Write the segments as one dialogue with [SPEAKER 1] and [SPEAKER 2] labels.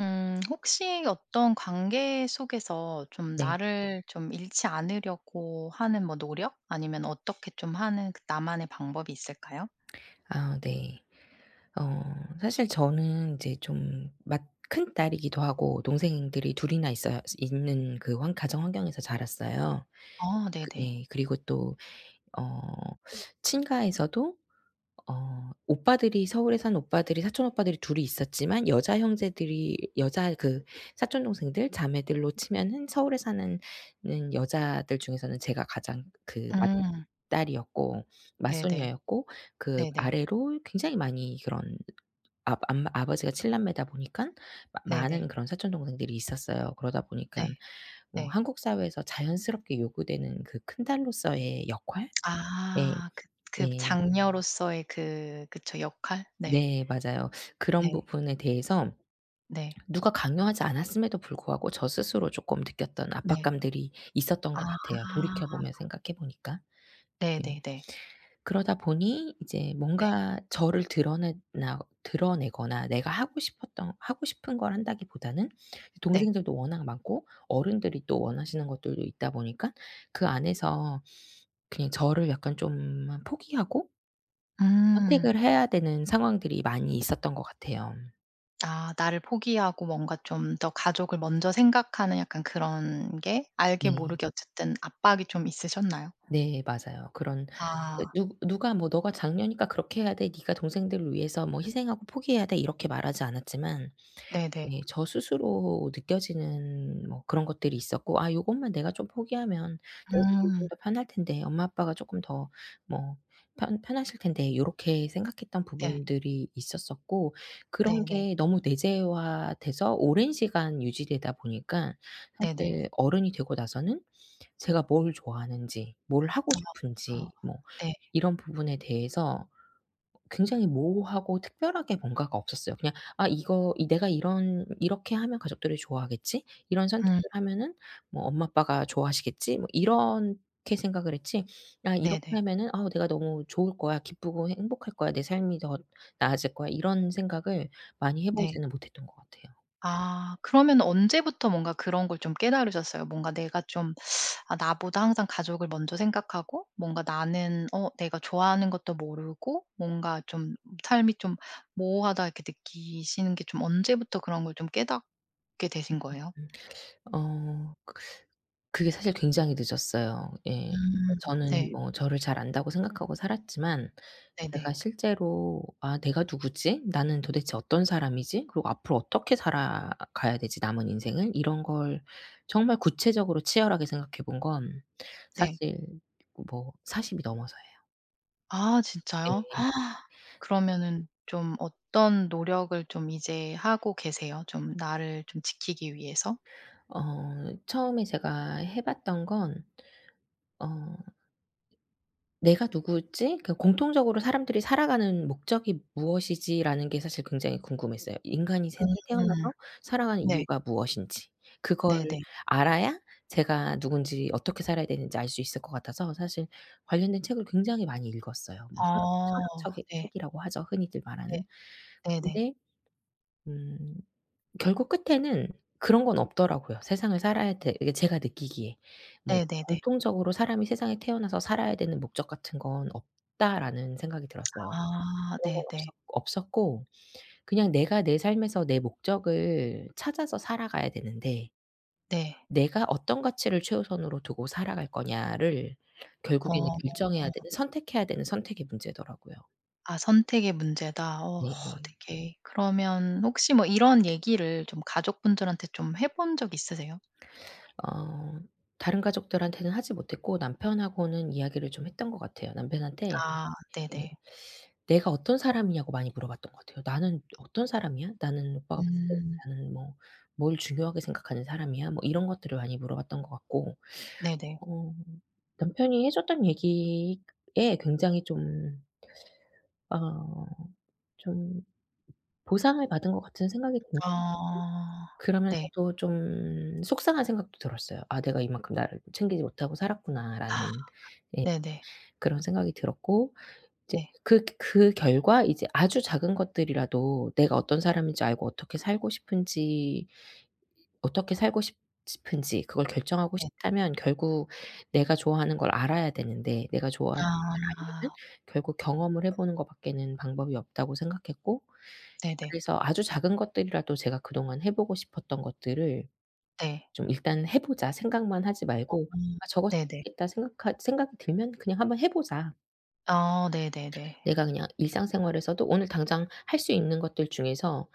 [SPEAKER 1] 혹시 어떤 관계 속에서 좀
[SPEAKER 2] 네.
[SPEAKER 1] 나를 좀 잃지 않으려고 하는 뭐 노력 아니면 어떻게 좀 하는 그 나만의 방법이 있을까요?
[SPEAKER 2] 아 네. 어 사실 저는 이제 좀 맏 큰딸이기도 하고 동생들이 둘 이나 있어 있는 그 환 가정 환경에서 자랐어요.
[SPEAKER 1] 아
[SPEAKER 2] 그
[SPEAKER 1] 네네.
[SPEAKER 2] 예 그리고 또 어 친가에서도 오빠들이 서울에 사는 오빠들이 사촌 오빠들이 둘이 있었지만 여자 형제들이 여자 그 사촌 동생들 자매들로 치면은 서울에 사는 는 여자들 중에서는 제가 가장 그
[SPEAKER 1] 음
[SPEAKER 2] 맏딸이었고
[SPEAKER 1] 네네.
[SPEAKER 2] 맏손녀였고 그
[SPEAKER 1] 네네.
[SPEAKER 2] 아래로 굉장히 많이 그런 아 암마 아버지가 칠 남매다 보니깐 마
[SPEAKER 1] 네네.
[SPEAKER 2] 많은 그런 사촌 동생들이 있었어요. 그러다
[SPEAKER 1] 네.
[SPEAKER 2] 보니깐 뭐
[SPEAKER 1] 네.
[SPEAKER 2] 한국 사회에서 자연스럽게 요구되는 그 큰딸로서의 역할? 예.
[SPEAKER 1] 아 그
[SPEAKER 2] 예.
[SPEAKER 1] 장녀로서의 그 그쵸. 역할? 네.
[SPEAKER 2] 네 맞아요. 그런
[SPEAKER 1] 네.
[SPEAKER 2] 부분에 대해서
[SPEAKER 1] 네.
[SPEAKER 2] 누가 강요하지 않았음에도 불구하고 저 스스로 조금 느꼈던
[SPEAKER 1] 네.
[SPEAKER 2] 압박감들이 있었던 것
[SPEAKER 1] 아
[SPEAKER 2] 같아요, 돌이켜 보면 생각해 보니까. 음.
[SPEAKER 1] 네네네.
[SPEAKER 2] 그러다 보니 이제
[SPEAKER 1] 네.
[SPEAKER 2] 뭔가 저를 드러내거나 내가 하고 싶었던 하고 싶은 걸 한다기보다는
[SPEAKER 1] 네.
[SPEAKER 2] 동생들도 워낙 많고 어른들이 또 원하시는 것들도 있다 보니까 그 안에서 그냥 저를 약간 좀 포기하고
[SPEAKER 1] 음.
[SPEAKER 2] 선택을 해야 되는 상황들이 많이 있었던 것 같아요.
[SPEAKER 1] 아 나를 포기하고 뭔가 좀 더 가족을 먼저 생각하는 약간 그런 게 알게
[SPEAKER 2] 네.
[SPEAKER 1] 모르게 어쨌든 압박이 좀 있으셨나요?
[SPEAKER 2] 네 맞아요. 그런 예
[SPEAKER 1] 아
[SPEAKER 2] 누 누가 뭐 "너가 장녀니까 그렇게 해야 돼. 네가 동생들을 위해서 뭐 희생하고 포기해야 돼." 이렇게 말하지 않았지만
[SPEAKER 1] 네네.
[SPEAKER 2] 예 저 스스로 느껴지는 뭐 그런 것들이 있었고 '아 요것만 내가 좀 포기하면 동생들이
[SPEAKER 1] 음
[SPEAKER 2] 좀 더 편할 텐데. 엄마 아빠가 조금 더 뭐 편 편하실 텐데.' 요렇게 생각했던
[SPEAKER 1] 네.
[SPEAKER 2] 부분들이 있었었고 그런
[SPEAKER 1] 네네.
[SPEAKER 2] 게 너무 내재화돼서 오랜 시간 유지되다 보니까
[SPEAKER 1] 네네.
[SPEAKER 2] 사실 어른이 되고 나서는 제가 뭘 좋아하는지 뭘 하고 싶은지
[SPEAKER 1] 어
[SPEAKER 2] 뭐
[SPEAKER 1] 네.
[SPEAKER 2] 이런 부분에 대해서 굉장히 모호하고 특별하게 뭔가가 없었어요. 그냥 '아 이거 이 내가 이런 이렇게 하면 가족들이 좋아하겠지. 이런
[SPEAKER 1] 음
[SPEAKER 2] 선택을 하면은 뭐 엄마 아빠가 좋아하시겠지.' 뭐 이렇게 생각을 했지 '아 이렇게
[SPEAKER 1] 네네.
[SPEAKER 2] 하면은 아 내가 너무 좋을 거야. 기쁘고 행복할 거야. 내 삶이 더 나아질 거야.' 이런 생각을 많이 해
[SPEAKER 1] 네.
[SPEAKER 2] 보지는 못했던 것 같아요.
[SPEAKER 1] 아 그러면 언제부터 뭔가 그런 걸 좀 깨달으셨어요? 뭔가 내가 좀 아 나보다 항상 가족을 먼저 생각하고 뭔가 나는 내가 좋아하는 것도 모르고 뭔가 좀 삶이 좀 모호하다 이렇게 느끼시는 게 좀 언제부터 그런 걸 좀 깨닫게 되신 거예요?
[SPEAKER 2] 어 그게 사실 굉장히 늦었어요. 예.
[SPEAKER 1] 음
[SPEAKER 2] 저는
[SPEAKER 1] 네.
[SPEAKER 2] 뭐 저를 잘 안다고 생각하고 살았지만
[SPEAKER 1] 네네.
[SPEAKER 2] 제가 실제로 '아 내가 누구지? 나는 도대체 어떤 사람이지? 그리고 앞으로 어떻게 살아가야 되지 남은 인생을?' 이런 걸 정말 구체적으로 치열하게 생각해 본 건
[SPEAKER 1] 네.
[SPEAKER 2] 사실 뭐 40이 넘어서예요.
[SPEAKER 1] 아 진짜요?
[SPEAKER 2] 예.
[SPEAKER 1] 아, 그러면은 좀 어떤 노력을 좀 이제 하고 계세요? 좀 나를 좀 지키기 위해서?
[SPEAKER 2] 처음에 제가 해 봤던 건어 '내가 누구지 그 공통적으로 사람들이 살아가는 목적이 무엇이지?'라는 게 사실 굉장히 궁금했어요. 인간이 세상에
[SPEAKER 1] 음
[SPEAKER 2] 태어나서 살아가는
[SPEAKER 1] 네.
[SPEAKER 2] 이유가 무엇인지. 그걸
[SPEAKER 1] 네네.
[SPEAKER 2] 알아야 제가 누군지 어떻게 살아야 되는지 알 수 있을 것 같아서 사실 관련된 책을 굉장히 많이 읽었어요. 뭐 철학
[SPEAKER 1] 아
[SPEAKER 2] 철학 책이
[SPEAKER 1] 네.
[SPEAKER 2] 책이라고 하죠, 흔히들
[SPEAKER 1] 네.
[SPEAKER 2] 말하는.
[SPEAKER 1] 네네.
[SPEAKER 2] 근데 음 결국 끝에는 그런 건 없더라고요. 세상을 살아야 돼 이게 제가 느끼기에 뭐
[SPEAKER 1] 네네네.
[SPEAKER 2] 공통적으로 '사람이 세상에 태어나서 살아야 되는 목적 같은 건 없다.'라는 생각이 들었어요.
[SPEAKER 1] 아
[SPEAKER 2] 그런 건
[SPEAKER 1] 네네. 네.
[SPEAKER 2] 없었고 그냥 내가 내 삶에서 내 목적을 찾아서 살아가야 되는데
[SPEAKER 1] 네.
[SPEAKER 2] '내가 어떤 가치를 최우선으로 두고 살아갈 거냐.'를
[SPEAKER 1] 어.
[SPEAKER 2] 결국에는
[SPEAKER 1] 어,
[SPEAKER 2] 결정해야
[SPEAKER 1] 어.
[SPEAKER 2] 되는 선택해야 되는 선택의 문제더라고요.
[SPEAKER 1] 아 선택의 문제다.
[SPEAKER 2] 네.
[SPEAKER 1] 되게 그러면 혹시 뭐 이런 얘기를 좀 가족분들한테 좀 해본 적 있으세요?
[SPEAKER 2] 어 다른 가족들한테는 하지 못했고 남편하고는 이야기를 좀 했던 것 같아요. 남편한테
[SPEAKER 1] 아
[SPEAKER 2] 예
[SPEAKER 1] 네네.
[SPEAKER 2] 내가 어떤 사람이냐고 많이 물어봤던 것 같아요. "나는 어떤 사람이야? 나는 오빠가 봤을 때
[SPEAKER 1] 음
[SPEAKER 2] 나는 뭐 뭘 중요하게 생각하는 사람이야?" 뭐 이런 것들을 많이 물어봤던 것 같고
[SPEAKER 1] 네네.
[SPEAKER 2] 어 남편이 해 줬던 얘기에 굉장히 좀 어 좀 보상을 받은 것 같은 생각이
[SPEAKER 1] 아 네.
[SPEAKER 2] 그러면서도 좀 속상한 생각도 들었어요. '아 내가 이만큼 나를 챙기지 못하고
[SPEAKER 1] 아
[SPEAKER 2] 살았구나.'라는 예
[SPEAKER 1] 네네.
[SPEAKER 2] 그런 생각이 들었고 이제
[SPEAKER 1] 네.
[SPEAKER 2] 그 결과 이제 아주 작은 것들이라도 내가 어떤 사람인지 알고 어떻게 살고 싶은지 어떻게 살고 싶 싶은지 그걸 결정하고
[SPEAKER 1] 네.
[SPEAKER 2] 싶다면 결국 내가 좋아하는 걸 알아야 되는데 내가 좋아하는 것을 알려면
[SPEAKER 1] 아
[SPEAKER 2] 결국 경험을 해 보는 것 밖에는 방법이 없다고 생각했고
[SPEAKER 1] 네네.
[SPEAKER 2] 그래서 아주 작은 것들이라도 제가 그동안 해 보고 싶었던 것들을
[SPEAKER 1] 네.
[SPEAKER 2] 좀 일단 해 보자. 생각만 하지 말고
[SPEAKER 1] 음
[SPEAKER 2] '아 저것이
[SPEAKER 1] 네네.
[SPEAKER 2] 있겠다.' 생각하 생각이 들면 그냥 한번 해 보자.
[SPEAKER 1] 아 네네네.
[SPEAKER 2] 내가 그냥 일상생활에서도 오늘 당장 할 수 있는 것들 중에서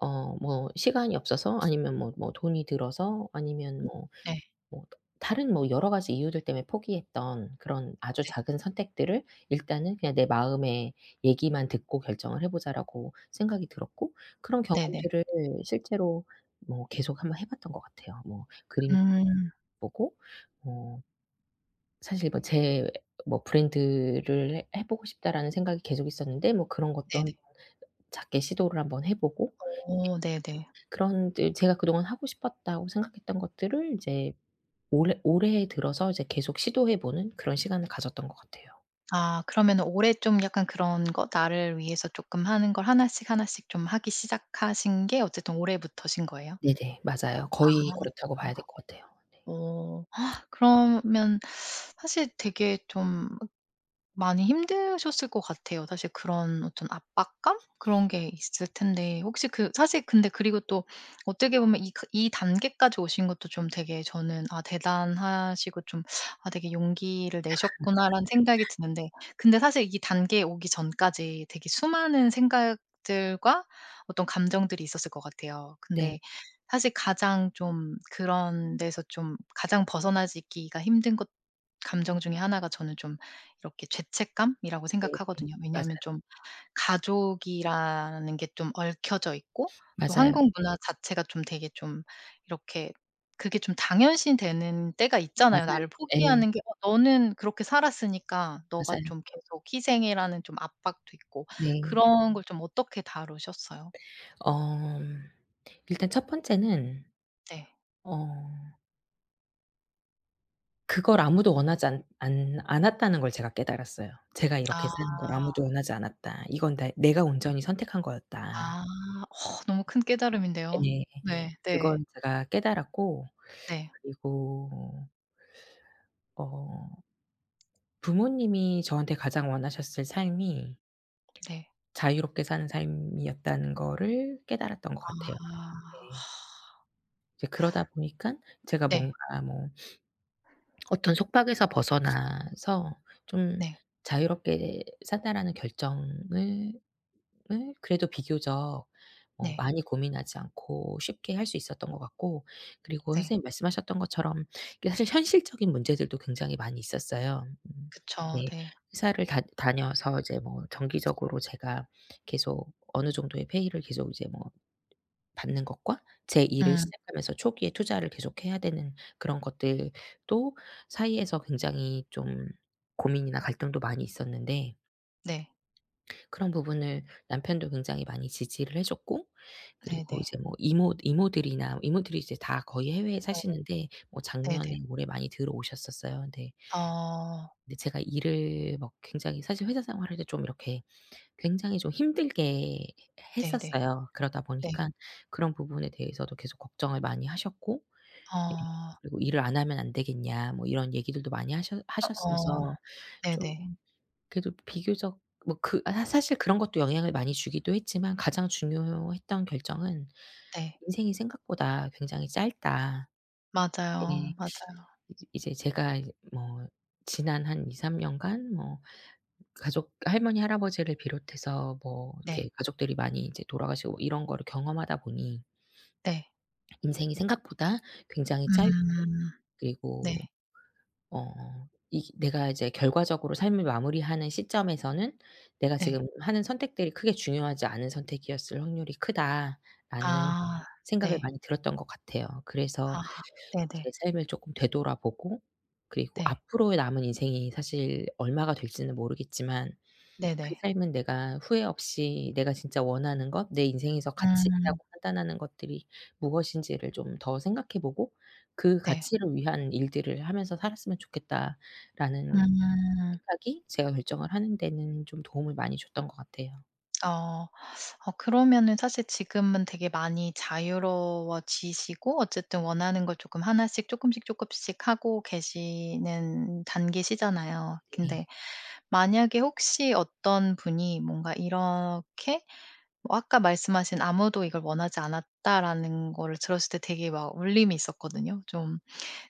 [SPEAKER 2] 뭐 시간이 없어서 아니면 뭐 돈이 들어서 아니면 뭐
[SPEAKER 1] 네.
[SPEAKER 2] 뭐 다른 뭐 여러 가지 이유들 때문에 포기했던 그런 아주
[SPEAKER 1] 네.
[SPEAKER 2] 작은 선택들을 일단은 그냥 '내 마음의 얘기만 듣고 결정을 해 보자.'라고 생각이 들었고 그런
[SPEAKER 1] 네네.
[SPEAKER 2] 경험들을 실제로 뭐 계속 한번 해 봤던 것 같아요. 뭐 그림
[SPEAKER 1] 음
[SPEAKER 2] 보고 뭐 사실 뭐 제 뭐 '브랜드를 해 보고 싶다.'라는 생각이 계속 있었는데 뭐 그런 것도
[SPEAKER 1] 네네.
[SPEAKER 2] 한번 작게 시도를 한번 해 보고
[SPEAKER 1] 어 네네.
[SPEAKER 2] 그런 데 제가 그동안 하고 싶었다고 생각했던 것들을 이제 올해 들어서 이제 계속 시도해 보는 그런 시간을 가졌던 것 같아요.
[SPEAKER 1] 아 그러면 올해 좀 약간 그런 거 나를 위해서 조금 하는 걸 하나씩, 하나씩 좀 하기 시작하신 게 어쨌든 올해부터신 거예요?
[SPEAKER 2] 네네. 맞아요. 거의
[SPEAKER 1] 아.
[SPEAKER 2] 그렇다고 봐야 될 것 같아요. 네.
[SPEAKER 1] 어. 그러면 사실 되게 좀 많이 힘드셨을 것 같아요. 사실 그런 어떤 압박감? 그런 게 있을 텐데 혹시 그 사실 근데 그리고 또 어떻게 보면 이 그 이 단계까지 오신 것도 좀 되게 저는 '아 대단하시고 좀 아 되게 용기를 내셨구나.'라는 생각이 드는데 근데 사실 이 단계에 오기 전까지 되게 수많은 생각들과 어떤 감정들이 있었을 것 같아요. 근데
[SPEAKER 2] 네.
[SPEAKER 1] 사실 가장 좀 그런 데서 좀 가장 벗어나지기가 힘든 것 감정 중에 하나가 저는 좀 이렇게 죄책감이라고
[SPEAKER 2] 네.
[SPEAKER 1] 생각하거든요. 왜냐하면
[SPEAKER 2] 맞아요.
[SPEAKER 1] 좀 가족이라는 게 좀 얽혀져 있고 또
[SPEAKER 2] 맞아요.
[SPEAKER 1] 한국 문화 자체가 좀 되게 좀 이렇게 그게 좀 당연시 되는 때가 있잖아요.
[SPEAKER 2] 맞아요.
[SPEAKER 1] 나를
[SPEAKER 2] 예.
[SPEAKER 1] 포기하는 게 '어 너는 그렇게 살았으니까 너가
[SPEAKER 2] 맞아요.
[SPEAKER 1] 좀 계속 희생해.'라는 좀 압박도 있고
[SPEAKER 2] 네.
[SPEAKER 1] 그런 걸 좀 어떻게 다루셨어요?
[SPEAKER 2] 어 일단 첫 번째는
[SPEAKER 1] 네.
[SPEAKER 2] 어 그걸 아무도 원하지 않 않 않았다는 걸 제가 깨달았어요. '제가
[SPEAKER 1] 아.
[SPEAKER 2] 이렇게 사는 걸 아무도 원하지 않았다. 이건 내 내가 온전히 선택한 거였다.'
[SPEAKER 1] 아. 어 너무 큰 깨달음인데요.
[SPEAKER 2] 예.
[SPEAKER 1] 네.
[SPEAKER 2] 그걸
[SPEAKER 1] 네.
[SPEAKER 2] 제가 깨달았고
[SPEAKER 1] 네.
[SPEAKER 2] 그리고 어 부모님이 저한테 가장 원하셨을 삶이
[SPEAKER 1] 네.
[SPEAKER 2] 자유롭게 사는 삶이었다는 거를 깨달았던 것 같아요.
[SPEAKER 1] 아.
[SPEAKER 2] 네. 이제 그러다 보니까 제가
[SPEAKER 1] 네.
[SPEAKER 2] 뭔가 뭐 어떤 속박에서 벗어나서 좀
[SPEAKER 1] 네.
[SPEAKER 2] '자유롭게 산다.'라는 결정을 을 그래도 비교적
[SPEAKER 1] 네.
[SPEAKER 2] 많이 고민하지 않고 쉽게 할 수 있었던 것 같고 그리고
[SPEAKER 1] 네.
[SPEAKER 2] 선생님 말씀하셨던 것처럼 이게 사실 현실적인 문제들도 굉장히 많이 있었어요.
[SPEAKER 1] 그쵸.
[SPEAKER 2] 네.
[SPEAKER 1] 네.
[SPEAKER 2] 회사를 다 다녀서 이제 뭐 정기적으로 제가 계속 어느 정도의 페이를 계속 이제 뭐 받는 것과 제 일을
[SPEAKER 1] 음.
[SPEAKER 2] 시작하면서 초기에 투자를 계속해야 되는 그런 것들도 사이에서 굉장히 좀 고민이나 갈등도 많이 있었는데
[SPEAKER 1] 네.
[SPEAKER 2] 그런 부분을 남편도 굉장히 많이 지지를 해 줬고 그리고
[SPEAKER 1] 네네.
[SPEAKER 2] 이제 뭐 이모들이나 이모들이 이제 다 거의 해외에
[SPEAKER 1] 어
[SPEAKER 2] 사시는데 뭐 작년에
[SPEAKER 1] 네네.
[SPEAKER 2] 올해 많이 들어오셨었어요. 근데
[SPEAKER 1] 어
[SPEAKER 2] 근데 제가 일을 막 굉장히 사실 회사 생활할 때 좀 이렇게 굉장히 좀 힘들게
[SPEAKER 1] 네네.
[SPEAKER 2] 했었어요. 그러다
[SPEAKER 1] 네.
[SPEAKER 2] 보니까 그런 부분에 대해서도 계속 걱정을 많이 하셨고 예
[SPEAKER 1] 아.
[SPEAKER 2] 그리고 "일을 안 하면 안 되겠냐." 뭐 이런 얘기들도 많이
[SPEAKER 1] 어. 어어.
[SPEAKER 2] 하셨어서 좀
[SPEAKER 1] 네네.
[SPEAKER 2] 그래도 비교적 뭐 그 아 사실 그런 것도 영향을 많이 주기도 했지만 가장 중요했던 결정은
[SPEAKER 1] 네.
[SPEAKER 2] '인생이 생각보다 굉장히 짧다.' 예.
[SPEAKER 1] 맞아요, 맞아요.
[SPEAKER 2] 이제 제가 이제 뭐 지난 한 2-3 년간 뭐 가족 할머니, 할아버지를 비롯해서 뭐
[SPEAKER 1] 네.
[SPEAKER 2] 이렇게 가족들이 많이 이제 돌아가시고 이런 거를 경험하다 보니
[SPEAKER 1] 네.
[SPEAKER 2] 인생이 생각보다 굉장히 짧고
[SPEAKER 1] 음. 네.
[SPEAKER 2] 그리고 어 이 내가 이제 결과적으로 삶을 마무리하는 시점에서는 '내가
[SPEAKER 1] 네.
[SPEAKER 2] 지금 하는 선택들이 크게 중요하지 않은 선택이었을 확률이 크다.'라는
[SPEAKER 1] 아
[SPEAKER 2] 생각을
[SPEAKER 1] 네.
[SPEAKER 2] 많이 들었던 것 같아요. 그래서
[SPEAKER 1] 아 네네.
[SPEAKER 2] 제 삶을 조금 되돌아보고 그리고
[SPEAKER 1] 네.
[SPEAKER 2] 앞으로의 남은 인생이 사실 얼마가 될지는 모르겠지만 그
[SPEAKER 1] 네네.
[SPEAKER 2] 삶은 내가 후회 없이 내가 진짜 원하는 것, 내 인생에서 가치
[SPEAKER 1] 음.
[SPEAKER 2] 있다고 판단하는 것들이 무엇인지를 좀 더 생각해 보고 그
[SPEAKER 1] 네.
[SPEAKER 2] 가치를 위한 일들을 하면서 살았으면 좋겠다라는
[SPEAKER 1] 음.
[SPEAKER 2] 생각이 제가 결정을 하는 데는 좀 도움을 많이 줬던 것 같아요.
[SPEAKER 1] 어. 그러면은 사실 지금은 되게 많이 자유로워지시고 어쨌든 원하는 걸 조금 하나씩 조금씩 조금씩 하고 계시는 단계시잖아요.
[SPEAKER 2] 네.
[SPEAKER 1] 근데 만약에 혹시 어떤 분이 뭔가 이렇게 뭐 아까 말씀하신 "아무도 이걸 원하지 않았다."라는 거를 들었을 때 되게 막 울림이 있었거든요. 좀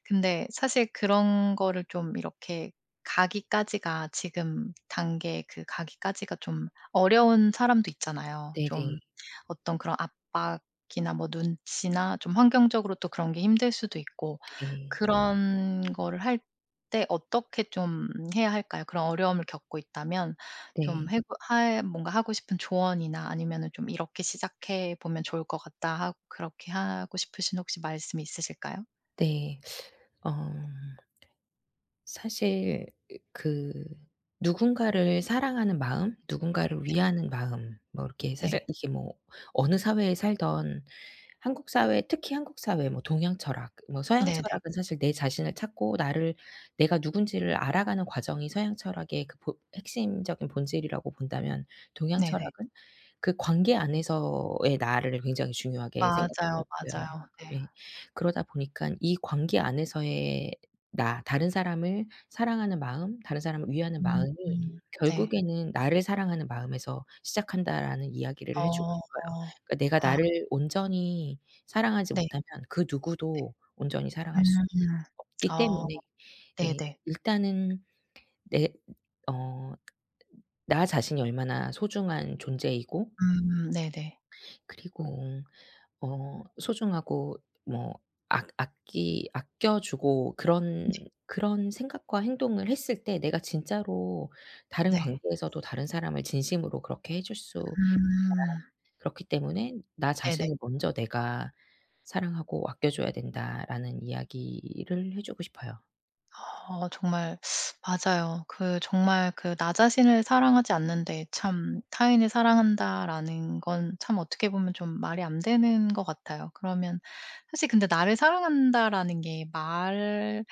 [SPEAKER 1] 근데 사실 그런 거를 좀 이렇게 가기까지가 지금 단계 그 가기까지가 좀 어려운 사람도 있잖아요.
[SPEAKER 2] 네네.
[SPEAKER 1] 좀 어떤 그런 압박이나 뭐 눈치나 좀 환경적으로 또 그런 게 힘들 수도 있고
[SPEAKER 2] 네.
[SPEAKER 1] 그런 거를 할 때 어떻게 좀 해야 할까요? 그런 어려움을 겪고 있다면 좀
[SPEAKER 2] 네.
[SPEAKER 1] 뭔가 하고 싶은 조언이나 아니면은 좀 '이렇게 시작해 보면 좋을 것 같다.' 하고 그렇게 하고 싶으신 혹시 말씀이 있으실까요?
[SPEAKER 2] 네. 어. 사실 그 누군가를 사랑하는 마음, 누군가를 위하는 마음 뭐 이렇게
[SPEAKER 1] 네.
[SPEAKER 2] 사실 네. 이게 뭐 어느 사회에 살던 한국 사회 특히 한국 사회 뭐 동양 철학 뭐 서양
[SPEAKER 1] 네네.
[SPEAKER 2] 철학은 사실 내 자신을 찾고 나를 내가 누군지를 알아가는 과정이 서양 철학의 그 보 핵심적인 본질이라고 본다면 동양
[SPEAKER 1] 네네.
[SPEAKER 2] 철학은 그 관계 안에서의 나를 굉장히 중요하게
[SPEAKER 1] 맞아요, 맞아요.
[SPEAKER 2] 생각하더라고요.
[SPEAKER 1] 네.
[SPEAKER 2] 예. 그러다 보니까 이 관계 안에서의 나 다른 사람을 사랑하는 마음, 다른 사람을 위하는
[SPEAKER 1] 음
[SPEAKER 2] 마음이
[SPEAKER 1] 음. 네.
[SPEAKER 2] 결국에는 '나를 사랑하는 마음에서 시작한다.'라는 이야기를 해 주고
[SPEAKER 1] 어.
[SPEAKER 2] 싶어요. 그러니까 내가
[SPEAKER 1] 아
[SPEAKER 2] 나를 온전히 사랑하지
[SPEAKER 1] 네
[SPEAKER 2] 못하면 그
[SPEAKER 1] 네.
[SPEAKER 2] 누구도 온전히 사랑할 수
[SPEAKER 1] 음.
[SPEAKER 2] 없기
[SPEAKER 1] 어
[SPEAKER 2] 때문에 예
[SPEAKER 1] 네네.
[SPEAKER 2] 일단은 내 어 나 자신이 얼마나 소중한 존재이고
[SPEAKER 1] 네네.
[SPEAKER 2] 그리고 소중하고 뭐 아 아끼 아껴 주고
[SPEAKER 1] 네
[SPEAKER 2] 그런 생각과 행동을 했을 때 내가 진짜로 다른
[SPEAKER 1] 네.
[SPEAKER 2] 관계에서도 다른 사람을 진심으로 그렇게 해줄 수 있다.
[SPEAKER 1] 음
[SPEAKER 2] 그렇기 때문에 '나
[SPEAKER 1] 네네.
[SPEAKER 2] 자신을 먼저 내가 사랑하고 아껴 줘야 된다.'라는 이야기를 해 주고 싶어요.
[SPEAKER 1] 정말 맞아요. 그 정말 그 '나 자신을 사랑하지 않는데 참 타인을 사랑한다.'라는 건 참 어떻게 보면 좀 말이 안 되는 것 같아요. 그러면 사실 근데 '나를 사랑한다.'라는 게 말은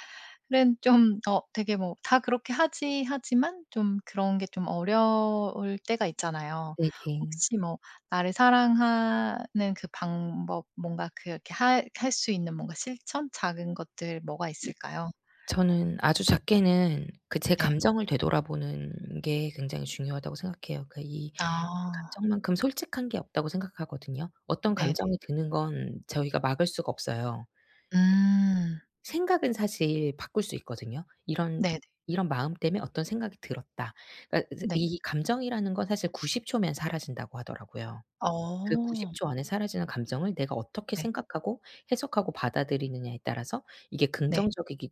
[SPEAKER 1] 좀 어 되게 뭐 '다 그렇게 하지.' 하지만 좀 그런 게 좀 어려울 때가 있잖아요.
[SPEAKER 2] 네네.
[SPEAKER 1] 혹시 뭐 나를 사랑하는 그 방법 뭔가 그렇게 할 수 있는 뭔가 실천? 작은 것들 뭐가 있을까요?
[SPEAKER 2] 저는 아주 작게는 그 제
[SPEAKER 1] 네.
[SPEAKER 2] 감정을 되돌아보는 게 굉장히 중요하다고 생각해요. 그이
[SPEAKER 1] 아.
[SPEAKER 2] 감정만큼 솔직한 게 없다고 생각하거든요. 어떤
[SPEAKER 1] 네네.
[SPEAKER 2] 감정이 드는 건 저희가 막을 수가 없어요.
[SPEAKER 1] 음.
[SPEAKER 2] 생각은 사실 바꿀 수 있거든요.
[SPEAKER 1] 네네.
[SPEAKER 2] 이런 마음 때문에 어떤 생각이 들었다. 그러니까 이제
[SPEAKER 1] 네.
[SPEAKER 2] 이 감정이라는 건 사실 90 초면 사라진다고 하더라고요. 그
[SPEAKER 1] 어.
[SPEAKER 2] 90초 안에 사라지는 감정을 내가 어떻게
[SPEAKER 1] 네.
[SPEAKER 2] 생각하고 해석하고 받아들이느냐에 따라서 이게
[SPEAKER 1] 네.
[SPEAKER 2] 긍정적이게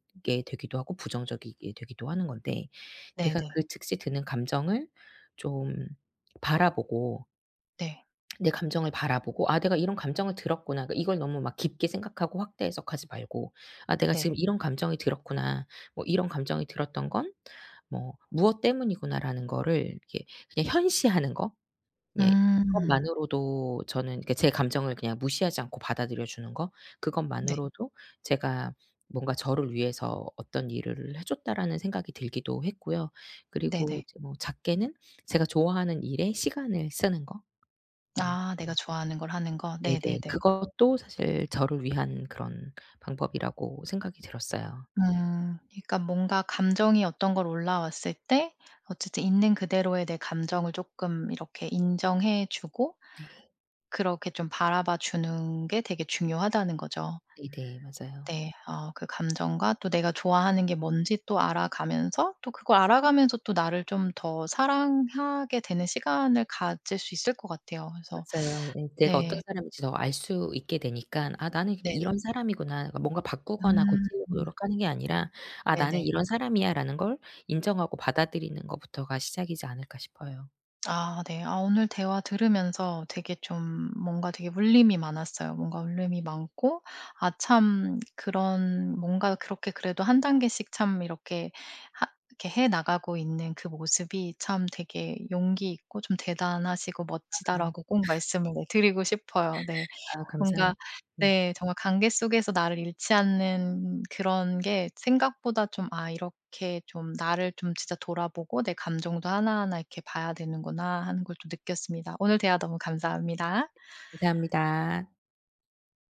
[SPEAKER 2] 되기도 하고 부정적이게 되기도 하는 건데 내가
[SPEAKER 1] 네네.
[SPEAKER 2] 그 즉시 드는 감정을 좀 바라보고
[SPEAKER 1] 네.
[SPEAKER 2] 내 감정을 바라보고 '아 내가 이런 감정을 들었구나.' 그러니까 이걸 너무 막 깊게 생각하고 확대해석하지 말고 '아 내가
[SPEAKER 1] 네.
[SPEAKER 2] 지금 이런 감정이 들었구나. 뭐 이런 감정이 들었던 건 뭐 무엇 때문이구나.'라는 거를 이렇게 그냥 현시하는 거. 예.
[SPEAKER 1] 음.
[SPEAKER 2] 그것만으로도 저는 이렇게 제 감정을 그냥 무시하지 않고 받아들여 주는 거.
[SPEAKER 1] 네.
[SPEAKER 2] 그것만으로도 제가 뭔가 저를 위해서 어떤 일을 해 줬다라는 생각이 들기도 했고요. 그리고
[SPEAKER 1] 네네.
[SPEAKER 2] 이제 뭐 작게는 제가 좋아하는 일에 시간을 쓰는 거. 예.
[SPEAKER 1] 아 내가 좋아하는 걸 하는 거. 네네네.
[SPEAKER 2] 네네. 그것도 사실 저를 위한 그런 방법이라고 생각이 들었어요.
[SPEAKER 1] 음. 그러니까 뭔가 감정이 어떤 걸 올라왔을 때 어쨌든 있는 그대로의 내 감정을 쪼끔 이렇게 인정해 주고
[SPEAKER 2] 네.
[SPEAKER 1] 그렇게 좀 바라봐 주는 게 되게 중요하다는 거죠.
[SPEAKER 2] 네네. 맞아요.
[SPEAKER 1] 네. 그 감정과 또 내가 좋아하는 게 뭔지 또 알아가면서 또 그걸 알아가면서 또 나를 좀 더 사랑하게 되는 시간을 가질 수 있을 것 같아요. 그래서
[SPEAKER 2] 맞아요. 예 내가 어떤
[SPEAKER 1] 네.
[SPEAKER 2] 사람인지 더 알 수 있게 되니까 '아 나는
[SPEAKER 1] 네네.
[SPEAKER 2] 그냥 이런 사람이구나.' 그러니까 뭔가 바꾸거나
[SPEAKER 1] 음.
[SPEAKER 2] 고치려고
[SPEAKER 1] 음.
[SPEAKER 2] 노력하는 게 아니라 '아 나는
[SPEAKER 1] 네네.
[SPEAKER 2] 이런 사람이야.'라는 걸 인정하고 받아들이는 것부터가 시작이지 않을까 싶어요.
[SPEAKER 1] 아 네. 아 오늘 대화 들으면서 되게 좀 뭔가 되게 울림이 많았어요. 뭔가 울림이 많고 아 참 그런 뭔가 그렇게 그래도 한 단계씩 참 이렇게 하 이렇게 해 나가고 있는 그 모습이 참 되게 용기 있고 좀 '대단하시고
[SPEAKER 2] 아.
[SPEAKER 1] 멋지다.'라고 꼭 말씀을 네 드리고 싶어요. 네.
[SPEAKER 2] 아
[SPEAKER 1] 뭔가
[SPEAKER 2] 감사합니다. 네.
[SPEAKER 1] 네 정말 관계 속에서 나를 잃지 않는 그런 게 생각보다 좀 '아 이렇게 좀 나를 좀 진짜 돌아보고 내 감정도 하나하나 이렇게 봐야 되는구나.' 하는 걸 좀 느꼈습니다. 오늘 대화 너무 감사합니다.
[SPEAKER 2] 감사합니다.